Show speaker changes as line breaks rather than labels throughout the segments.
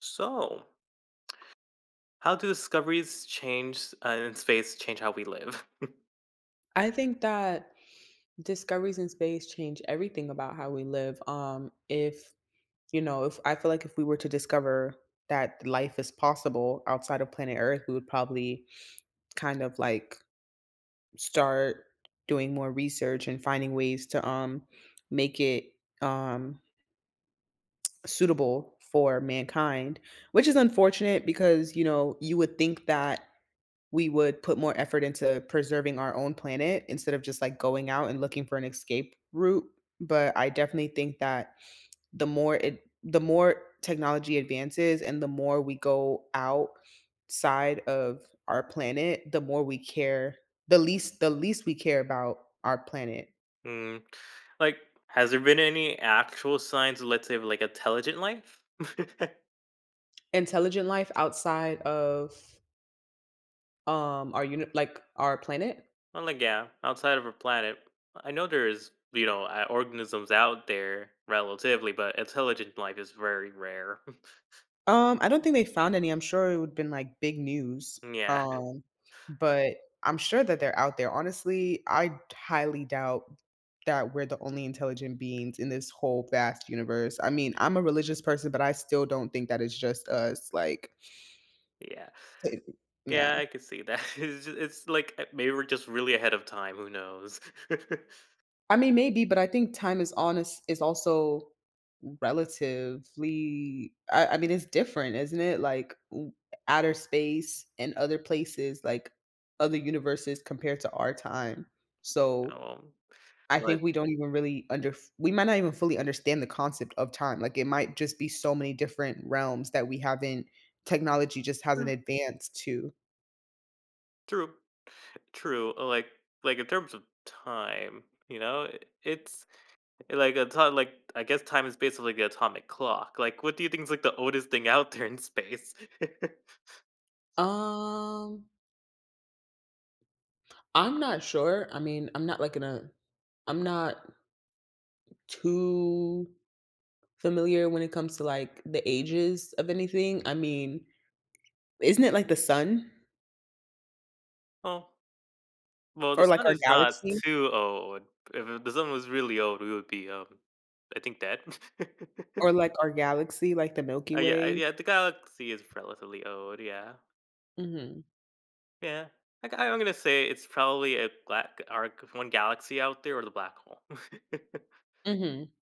So, how do discoveries change in space change how we live?
I think that discoveries in space change everything about how we live. If you know, if I feel like if we were to discover that life is possible outside of planet Earth, we would probably kind of like start doing more research and finding ways to make it um suitable for mankind, which is unfortunate because you would think that we would put more effort into preserving our own planet instead of just like going out and looking for an escape route. But I definitely think that the more technology advances and the more we go outside of our planet, the least we care about our planet.
Hmm. Like, has there been any actual signs, let's say, of like intelligent life? Well,
Intelligent life outside of our unit like our planet.
like, yeah, outside of our planet, I know there is, you know, organisms out there relatively, but intelligent life is very rare.
I don't think they found any. I'm sure it would've been, like, big news.
Yeah,
Um, but I'm sure that they're out there. Honestly, I highly doubt that we're the only intelligent beings in this whole vast universe. I mean, I'm a religious person, but I still don't think that it's just us, like,
yeah,
it- yeah.
yeah, I could see that. It's like maybe we're just really ahead of time. Who knows?
I mean, maybe, but I think time is honest is also relatively I mean, it's different, isn't it? Outer space and other places, like other universes compared to our time. So
um,
I
but
think we don't even really under we might not even fully understand the concept of time. Like it might just be so many different realms that we haven't technology just hasn't
mm,
advanced to.
True. True, like in terms of time, you know, I it's like a ton like, I guess time is basically the atomic clock. Like, what do you think is, like, the oldest thing out there in space?
Um, I'm not sure. I mean, I'm not like in a I'm not too familiar when it comes to, like, the ages of anything? I mean, isn't it like the sun?
Oh, well, the
Or like
sun
our
is not
galaxy?
too old. If the sun was really old, we would be, I think, dead.
Or like our galaxy, like the Milky
Yeah,
Way?
yeah, the galaxy is relatively old, yeah.
Mhm.
Yeah. I'm gonna say it's probably a black arc one galaxy out there or the black hole.
Mhm.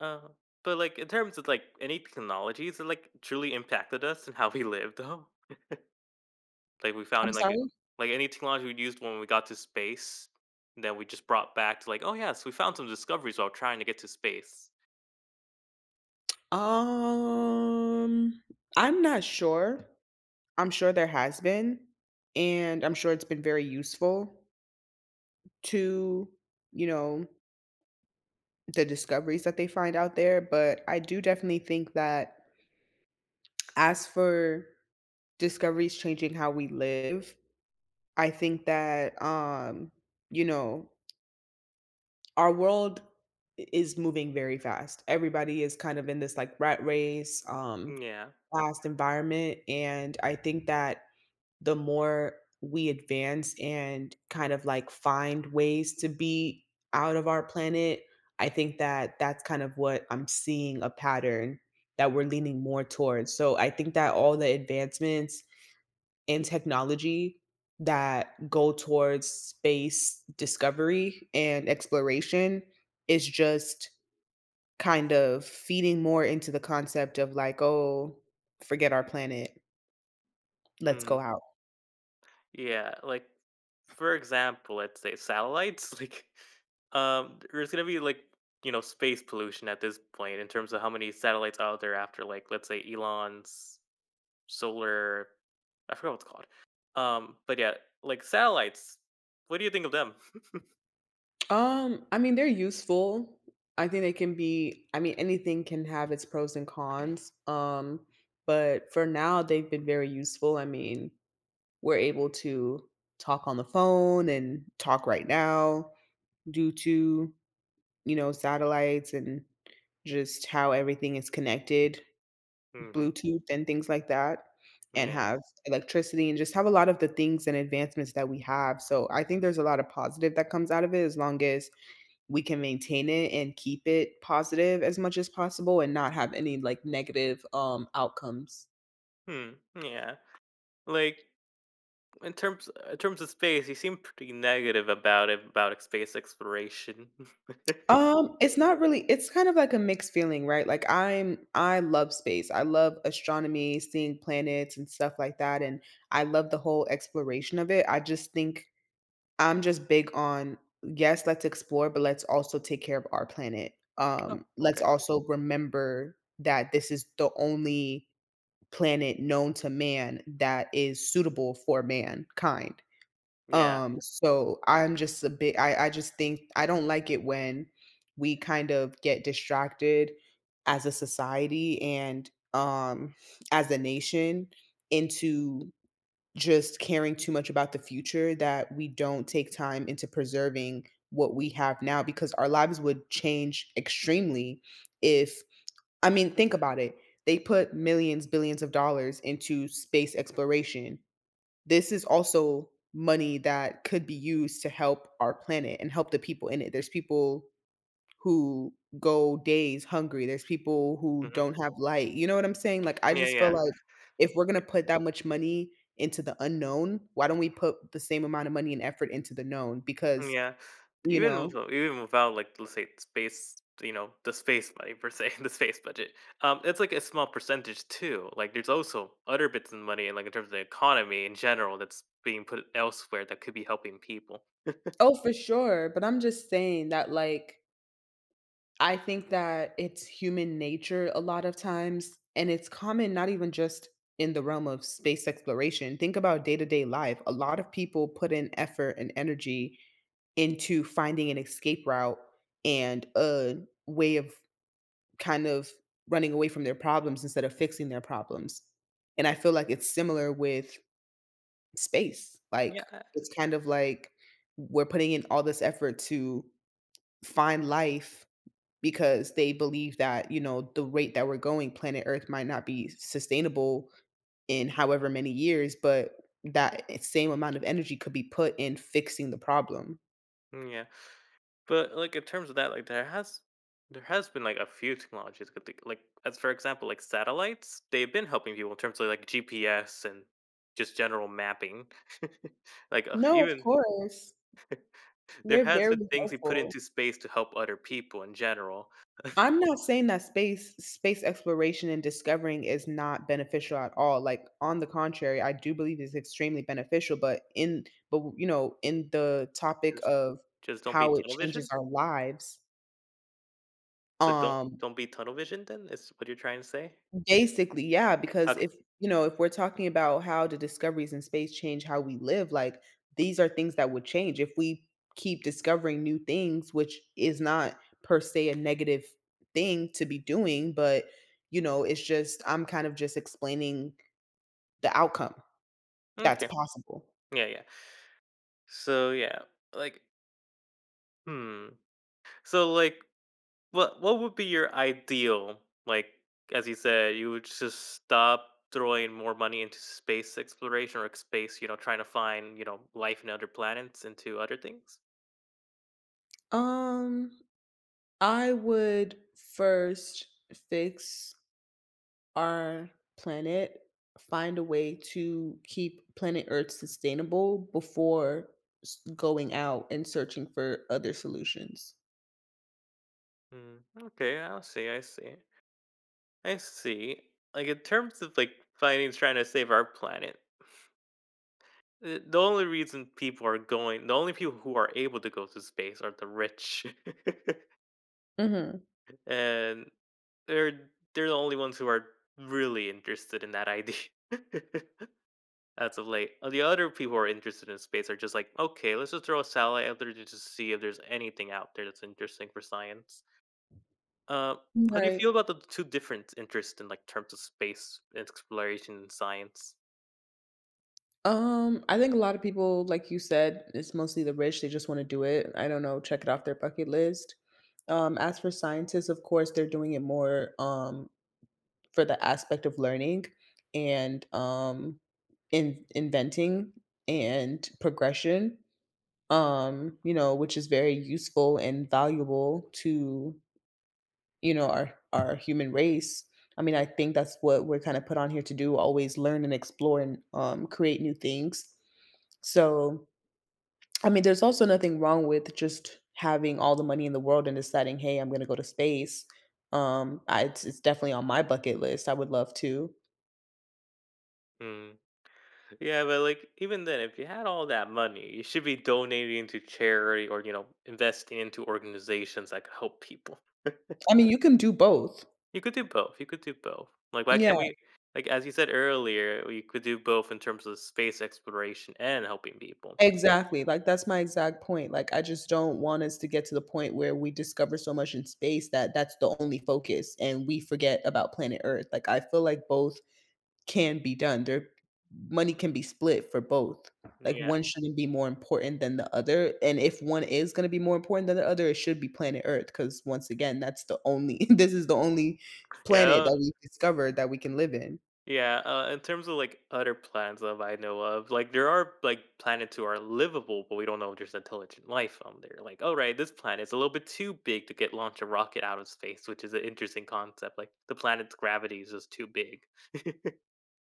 Uh, but, like, in terms of, like, any technologies that, like, truly impacted us and how we live, though? Like, we found
I'm
in, like, it
sorry?
Like, any technology we used when we got to space that we just brought back to, like, "Oh, yes, we found some discoveries while trying to get to space."
Um, I'm not sure. I'm sure there has been, and I'm sure it's been very useful to, you know, the discoveries that they find out there, but I do definitely think that as for discoveries changing how we live, I think that, you know, our world is moving very fast. Everybody is kind of in this like rat race,
Yeah.
fast environment. And I think that the more we advance and kind of like find ways to be out of our planet, I think that that's kind of what I'm seeing a pattern that we're leaning more towards. So I think that all the advancements and technology that go towards space discovery and exploration is just kind of feeding more into the concept of like, oh, forget our planet, let's go
Mhm.
out.
Yeah, like, for example, let's say satellites, like, there's gonna be, like, you know, space pollution at this point in terms of how many satellites out there after, like, let's say Elon's solar, I forgot what's called. But yeah, like satellites. What do you think of them?
I mean, they're useful. I think they can be, I mean, anything can have its pros and cons. But for now, they've been very useful. I mean, we're able to talk on the phone and talk right now due to, you know, satellites and just how everything is connected,
Hmm.
Bluetooth and things like that, and
Yeah.
have electricity and just have a lot of the things and advancements that we have. So I think there's a lot of positive that comes out of it as long as we can maintain it and keep it positive as much as possible and not have any like negative outcomes.
Hmm. Yeah. Like in terms of space, you seem pretty negative about it about space exploration.
It's not really, it's kind of like a mixed feeling, right? I love space. I love astronomy, seeing planets and stuff like that, and I love the whole exploration of it. I just think I'm just big on yes, let's explore, but let's also take care of our planet.
Oh,
Let's
okay.
also remember that this is the only planet known to man that is suitable for mankind.
Yeah.
So I'm just a bit, I just think I don't like it when we kind of get distracted as a society and as a nation into just caring too much about the future that we don't take time into preserving what we have now, because our lives would change extremely if, I mean, think about it. They put millions, billions of dollars into space exploration. This is also money that could be used to help our planet and help the people in it. There's people who go days hungry. There's people who
Hmm.
don't have light. You know what I'm saying? Like I
Yeah.
just feel
Yeah.
like if we're gonna put that much money into the unknown, why don't we put the same amount of money and effort into the known?
Mm.
Because,
Yeah,
you
even with,
know
even without like let's say space, you know, the space money per se, the space budget. It's like a small percentage too. Like there's also other bits of money, like in terms of the economy in general, that's being put elsewhere that could be helping people.
Oh, for sure. But I'm just saying that, like, I think that it's human nature a lot of times, and it's common not even just in the realm of space exploration. Think about day to day life. A lot of people put in effort and energy into finding an escape route and a way of kind of running away from their problems instead of fixing their problems. And I feel like it's similar with space. Like,
Yeah,
it's kind of like we're putting in all this effort to find life because they believe that, you know, the rate that we're going, planet Earth might not be sustainable in however many years, but that same amount of energy could be put in fixing the problem.
yeah. But like in terms of that, like there has been like a few technologies, like like, as for example, like satellites. They've been helping people in terms of like GPS and just general mapping. Like
No, of
even
course.
there
They're
has been
very
things we put
helpful.
into space to help other people in general.
I'm not saying that space exploration and discovering is not beneficial at all. Like on the contrary, I do believe it's extremely beneficial, but in but you know, in the topic
Just
of
just don't be
how it
tunnel
changes
visioned?
our lives,
So don't
um
don't be tunnel visioned then is what you're trying to say?
basically, yeah,
Yeah,
because
okay.
if you know, if we're talking about how the discoveries in space change how we live, like these are things that would change if we keep discovering new things, which is not per se a negative thing to be doing, but you know, it's just I'm kind of just explaining the outcome that's
M'kay.
possible.
Yeah, yeah. So yeah, like, hmm. So like, what would be your ideal? Like, as you said, you would just stop throwing more money into space exploration or space, you know, trying to find, you know, life in other planets into other things?
Um, I would first fix our planet, find a way to keep planet Earth sustainable before going out and searching for other solutions.
Hmm. Okay, I see, I see. I see. Like in terms of like finding trying to save our planet, the only reason people are going, the only people who are able to go to space are the rich,
Mhm.
and they're they're the only ones who are really interested in that idea. As of late, the other people who are interested in space are just like, okay, let's just throw a satellite out there to just see if there's anything out there that's interesting for science. Uh, how do you
Right.
feel about the two different interests in like terms of space exploration and science?
I think a lot of people, like you said, it's mostly the rich. They just want to do it. I don't know, check it off their bucket list. As for scientists, of course, they're doing it more for the aspect of learning and in inventing and progression, you know, which is very useful and valuable to, you know, our human race. I mean, I think that's what we're kind of put on here to do, always learn and explore and create new things. So, I mean, there's also nothing wrong with just having all the money in the world and deciding, hey, I'm going to go to space. It's definitely on my bucket list. I would love to.
Mm. Yeah, but like even then, if you had all that money, you should be donating to charity or you know investing into organizations that could help people.
I mean, you can do both.
You could do both. You could do both. Like why
Yeah.
can't we? Like as you said earlier, we could do both in terms of space exploration and helping people.
Exactly, like, that's my exact point, like, I just don't want us to get to the point where we discover so much in space that that's the only focus, and we forget about planet Earth. Like, I feel like both can be done, there money can be split for both, like,
Yeah,
one shouldn't be more important than the other, and if one is gonna be more important than the other, it should be planet Earth because once again, that's the only this is the only planet
yeah.
that we've discovered that we can live in.
Yeah, in terms of like other planets of I know of, like there are like planets who are livable, but we don't know if there's intelligent life on there. Like, all right, this planet's a little bit too big to get launch a rocket out of space, which is an interesting concept. Like the planet's gravity is just too big.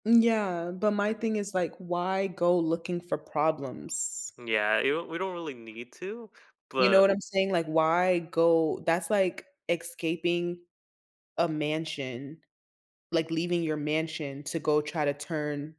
Yeah, but my thing is, like, why go looking for problems?
Yeah, you don't- we don't really need to,
You know
but
what I'm saying? Like, why go, that's like escaping a mansion, like leaving your mansion to go try to turn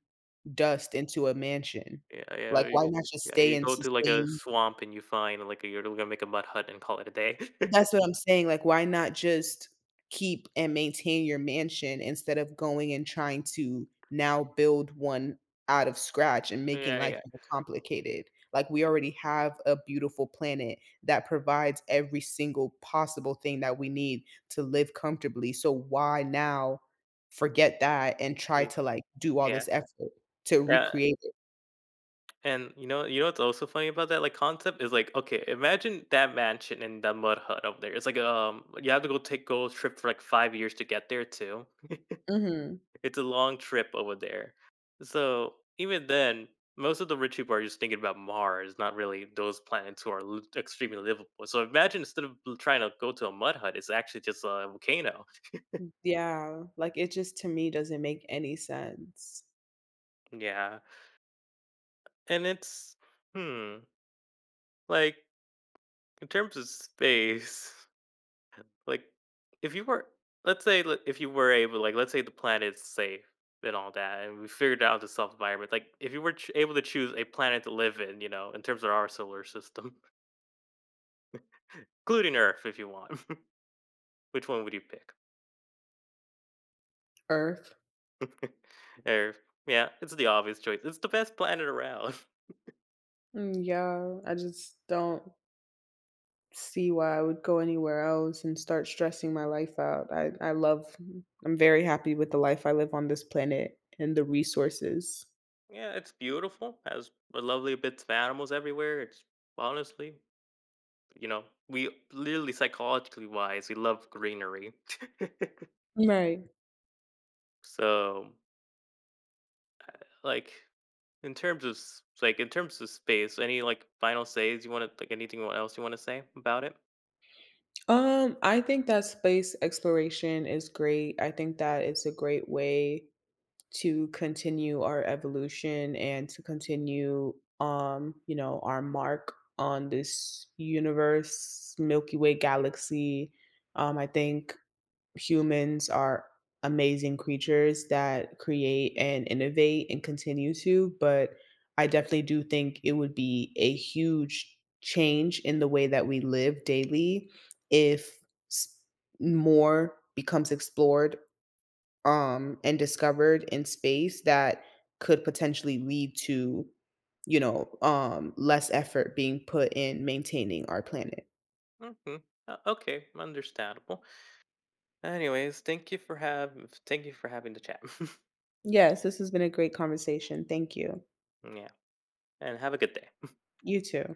dust into a mansion.
yeah, yeah,
Like,
you
why
just,
not just
yeah,
stay
you
and
go to like a
sustain.
swamp and you find like a, you're gonna make a mud hut and call it a day.
That's what I'm saying, like, why not just keep and maintain your mansion instead of going and trying to now build one out of scratch and making
Yeah,
life
yeah,
more complicated? Like, we already have a beautiful planet that provides every single possible thing that we need to live comfortably, so why now forget that and try to, like, do all
yeah,
this effort to
yeah.
recreate it?
And you know what's also funny about that like concept is like, okay, imagine that mansion in that mud hut up there. It's like you have to go take go trip for like 5 years to get there too.
Mhm.
It's a long trip over there. So even then, most of the rich people are just thinking about Mars, not really those planets who are extremely livable. So imagine instead of trying to go to a mud hut, it's actually just a volcano.
Yeah, like, it just to me doesn't make any sense.
Yeah, and it's, hmm, like in terms of space. Like, if you were, let's say, li if you were able, like, let's say the planet's safe and all that, and we figured out the self-environment, like, if you were ch able to choose a planet to live in, you know, in terms of our solar system, including Earth if you want, which one would you pick?
Earth.
Earth. Yeah, it's the obvious choice. It's the best planet around.
Mm. Yeah, I just don't see why I would go anywhere else and start stressing my life out. I love, I'm very happy with the life I live on this planet and the resources.
Yeah, it's beautiful, has a lovely bits of animals everywhere, it's honestly, you know, we literally psychologically wise, we love greenery.
Right.
So, like, in terms of like in terms of space, any like final says you want to, like, anything else you want to say about it?
I think that space exploration is great. I think that it's a great way to continue our evolution and to continue, you know, our mark on this universe, Milky Way galaxy. I think humans are amazing creatures that create and innovate and continue to, but I definitely do think it would be a huge change in the way that we live daily if s- more becomes explored and discovered in space that could potentially lead to, you know, less effort being put in maintaining our planet.
Hmm. Okay, understandable. Anyways, thank you for have thank you for having the chat.
Yes, this has been a great conversation. Thank you.
Yeah, and have a good day.
You too.